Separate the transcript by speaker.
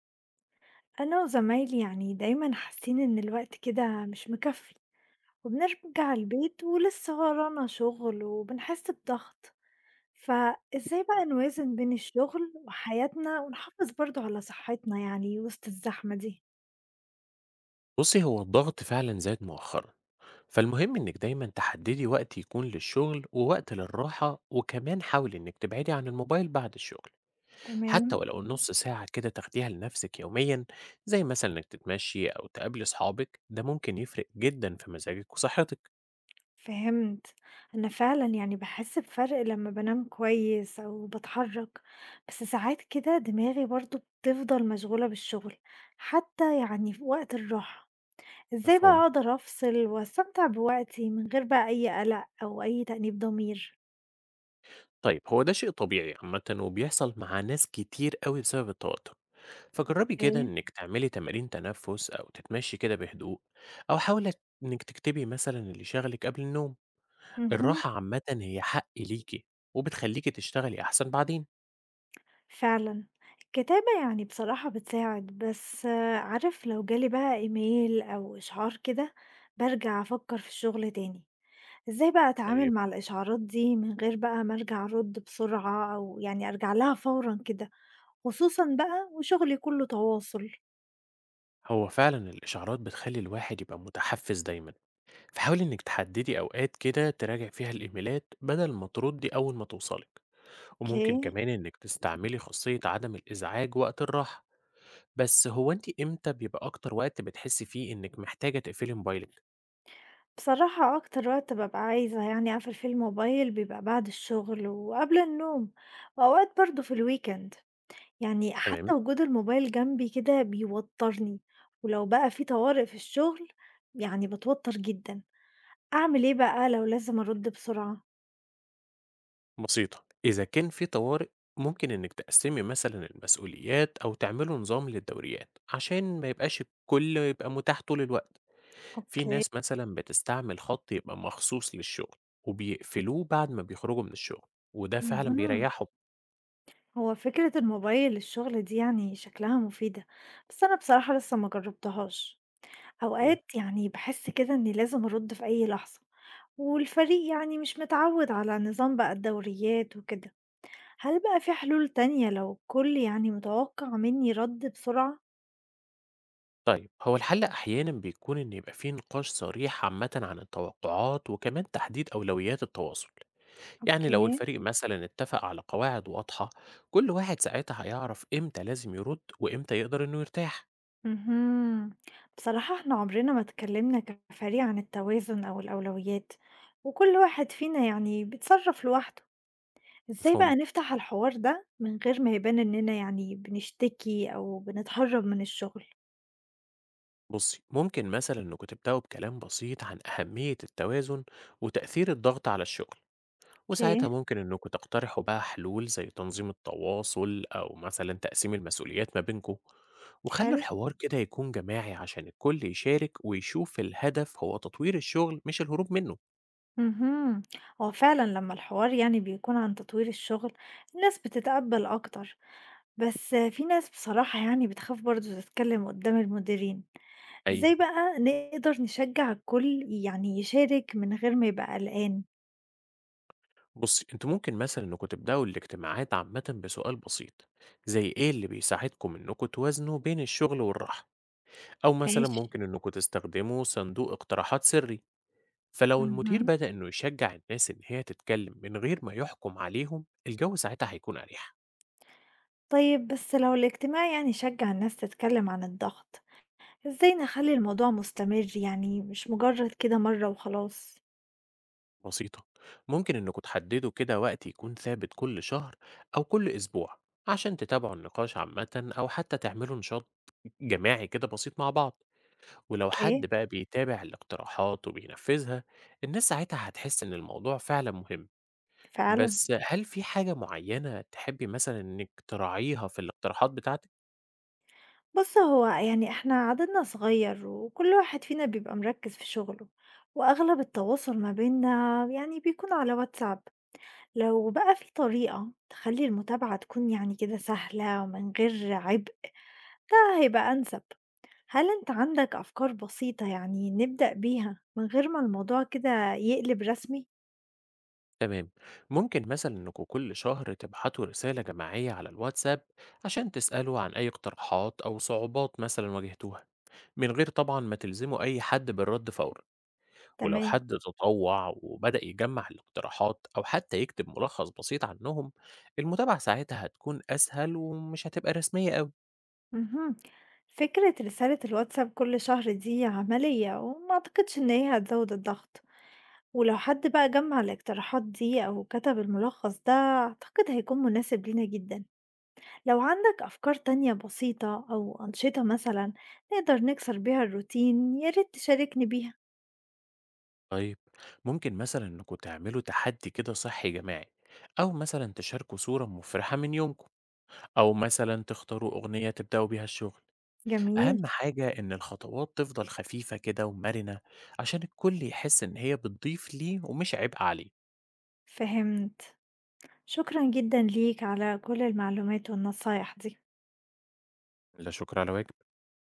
Speaker 1: أنا وزمايلي دايما حاسين إن الوقت كده مش مكفي، وبنرجع البيت ولسه ورانا شغل وبنحس بضغط. فإزاي بقى نوازن بين الشغل وحياتنا ونحافظ برضو على صحتنا وسط الزحمة دي؟
Speaker 2: بُصّي، هو الضغط فعلًا زاد مؤخرًا، فالمهم إنِّك دايمًا تحدّدي وقت يكون للشغل ووقت للراحة، وكمان حاولي إنِّك تبعدي عن الموبايل بعد الشغل، حتى
Speaker 1: تمام.
Speaker 2: ولو نُص ساعة كده تاخديها لنفسِك يوميًا، زي مثلًا إنِّك تتمشي أو تقابلي صحابِك، ده ممكن يفرق جدًا في مزاجِك وصحتِك،
Speaker 1: فهمت. أنا فعلا بحس بفرق لما بنام كويس أو بتحرك، بس ساعات كده دماغي برضو بتفضل مشغولة بالشغل، حتى في وقت الراحة. إزاي بقى
Speaker 2: مفهوم؟
Speaker 1: أقدر أفصل وأستمتع بوقتي من غير بقى أي قلق أو أي تأنيب ضمير؟
Speaker 2: طيب هو ده شيء طبيعي عامةً وبيحصل مع ناس كتير أوي بسبب التوتر، فجرّبي كده
Speaker 1: أوكي.
Speaker 2: إنِّك تعملي تمارين تنفُّس أو تتمشي كده بهدوء، أو حاولي إنِّك تكتبي مثلًا اللي شاغلِك قبل النوم.
Speaker 1: اهم.
Speaker 2: الراحة عامةً هي حق ليكِ، وبتخلّيكِ تشتغلي أحسن بعدين.
Speaker 1: فعلًا، الكتابة بصراحة بتساعد، بس آه، عارف لو جالي بقى إيميل أو إشعار كده بارجع أفكر في الشغل تاني. إزاي بقى أتعامل
Speaker 2: طيب.
Speaker 1: مع الإشعارات دي من غير بقى ما أرجع أرد بسرعة أو أرجع لها فورًا كده، خصوصًا بقى وشغلي كله تواصل؟
Speaker 2: هو فعلًا الإشعارات بتخلّي الواحد يبقى متحفّز دايمًا، فحاولي إنِّك تحدّدي أوقات كده تراجعي فيها الإيميلات بدل ما تردّي أول ما توصلِك، وممكن
Speaker 1: أوكي.
Speaker 2: كمان إنِّك تستعملي خاصية عدم الإزعاج وقت الراحة. بس هو أنتِ إمتى بيبقى أكتر وقت بتحسّي فيه إنِّك محتاجة تقفلي موبايلِك؟
Speaker 1: بصراحة أكتر وقت بابقى عايزة أقفل فيه الموبايل بيبقى بعد الشغل وقبل النوم، وأوقات برضه في الويكند. يعني
Speaker 2: تمام.
Speaker 1: حتى وجود الموبايل جنبي كده بيوترني، ولو بقى في طوارئ في الشغل يعني بتوتر جدا. أعمل إيه بقى لو لازم أرد بسرعة؟
Speaker 2: بسيطة، إذا كان في طوارئ ممكن إنك تقسمي مثلا المسؤوليات أو تعملوا نظام للدوريات عشان ما يبقاش الكل يبقى متاح طول الوقت. في
Speaker 1: اوكي.
Speaker 2: ناس مثلا بتستعمل خط يبقى مخصوص للشغل وبيقفلوه بعد ما بيخرجوا من الشغل، وده فعلا
Speaker 1: مهم.
Speaker 2: بيريحهم.
Speaker 1: هو فكرة الموبايل للشغل دي شكلها مفيدة، بس أنا بصراحة لسه ما جربتهاش.
Speaker 2: إيه؟
Speaker 1: أوقات بحس كده إني لازم أرد في أي لحظة، والفريق مش متعود على نظام بقى الدوريات وكده. هل بقى في حلول تانية لو الكل متوقع مني رد بسرعة؟
Speaker 2: طيب هو الحل أحيانا بيكون إن يبقى فيه نقاش صريح عامة عن التوقعات وكمان تحديد أولويات التواصل. يعني لو
Speaker 1: اوكي.
Speaker 2: الفريق مثلا اتفق على قواعد واضحة، كل واحد ساعتها هيعرف امتى لازم يرد وامتى يقدر انه يرتاح.
Speaker 1: مهم. بصراحة احنا عمرنا ما اتكلمنا كفريق عن التوازن او الاولويات، وكل واحد فينا بيتصرف لوحده. ازاي
Speaker 2: مفهوم.
Speaker 1: بقى نفتح الحوار ده من غير ما يبان اننا بنشتكي او بنتهرب من الشغل؟
Speaker 2: بصي ممكن مثلا انكم تبدأوا بكلام بسيط عن أهمية التوازن وتأثير الضغط على الشغل، وساعتها
Speaker 1: اوكي.
Speaker 2: ممكن انكم تقترحوا بقى حلول زي تنظيم التواصل او مثلا تقسيم المسؤوليات ما بينكم، وخلوا
Speaker 1: حلو.
Speaker 2: الحوار كده يكون جماعي عشان الكل يشارك ويشوف الهدف هو تطوير الشغل مش الهروب منه.
Speaker 1: اهم. هو فعلًا لمّا الحوار بيكون عن تطوير الشغل، الناس بتتقبّل أكتر، بس في ناس بصراحة بتخاف برضه تتكلّم قدّام المديرين.
Speaker 2: أي.
Speaker 1: إزاي بقى نقدر نشجّع الكل يشارك من غير ما يبقى قلقان؟
Speaker 2: بصي انتوا ممكن مثلا انكم تبدأوا الاجتماعات عامة بسؤال بسيط زي ايه اللي بيساعدكم انكم توازنوا بين الشغل والراحة، او مثلا
Speaker 1: ماشي.
Speaker 2: ممكن انكم تستخدموا صندوق اقتراحات سري. فلو المدير
Speaker 1: اهم.
Speaker 2: بدأ انه يشجع الناس ان هي تتكلم من غير ما يحكم عليهم الجو، ساعتها هيكون اريح.
Speaker 1: طيب بس لو الاجتماع شجّع الناس تتكلّم عن الضغط، إزاي نخلّي الموضوع مستمر مش مجرّد كده مرّة وخلاص؟
Speaker 2: بسيطة. ممكن انكم تحددوا كده وقت يكون ثابت كل شهر او كل اسبوع عشان تتابعوا النقاش عامة، او حتى تعملوا نشاط جماعي كده بسيط مع بعض، ولو حد
Speaker 1: أوكي،
Speaker 2: بقى بيتابع الاقتراحات وبينفذها، الناس ساعتها هتحس إن الموضوع فعلا مهم.
Speaker 1: فعلًا.
Speaker 2: بس هل في حاجة معينة تحبي مثلا إنك تراعيها في الاقتراحات بتاعتك؟
Speaker 1: بُص، هو إحنا عددنا صغير وكل واحد فينا بيبقى مركّز في شغله، وأغلب التواصل ما بيننا بيكون على واتساب. لو بقى في طريقة تخلّي المتابعة تكون كده سهلة ومن غير عبء، ده هيبقى أنسب. هل أنت عندك أفكار بسيطة نبدأ بيها من غير ما الموضوع كده يقلب رسمي؟
Speaker 2: تمام. ممكن مثلا إنكوا كل شهر تبعتوا رسالة جماعية على الواتساب عشان تسألوا عن أي اقتراحات أو صعوبات مثلا واجهتوها، من غير طبعا ما تلزموا أي حد بالرد فورا. ولو
Speaker 1: تمام.
Speaker 2: حد تطوع وبدأ يجمع الاقتراحات أو حتى يكتب ملخص بسيط عنهم، المتابعة ساعتها هتكون أسهل ومش هتبقى رسمية أوي.
Speaker 1: اهم. فكرة رسالة الواتساب كل شهر دي عملية وما أعتقدش إن هي هتزوّد الضغط. ولو حد بقى جمع الاقتراحات دي أو كتب الملخص ده أعتقد هيكون مناسب لينا جدا. لو عندك أفكار تانية بسيطة أو أنشطة مثلا نقدر نكسر بيها الروتين، يا ريت تشاركني بيها.
Speaker 2: طيب. ممكن مثلا إنكم تعملوا تحدي كده صحي جماعي، أو مثلا تشاركوا صورة مفرحة من يومكم، أو مثلا تختاروا أغنية تبدأوا بيها الشغل.
Speaker 1: جميل.
Speaker 2: أهم حاجة إن الخطوات تفضل خفيفة كده ومرنة عشان الكل يحس إن هي بتضيف ليه ومش عبء عليه.
Speaker 1: فهمت. شكرا جدا ليك على كل المعلومات والنصايح دي.
Speaker 2: لا شكر على واجب.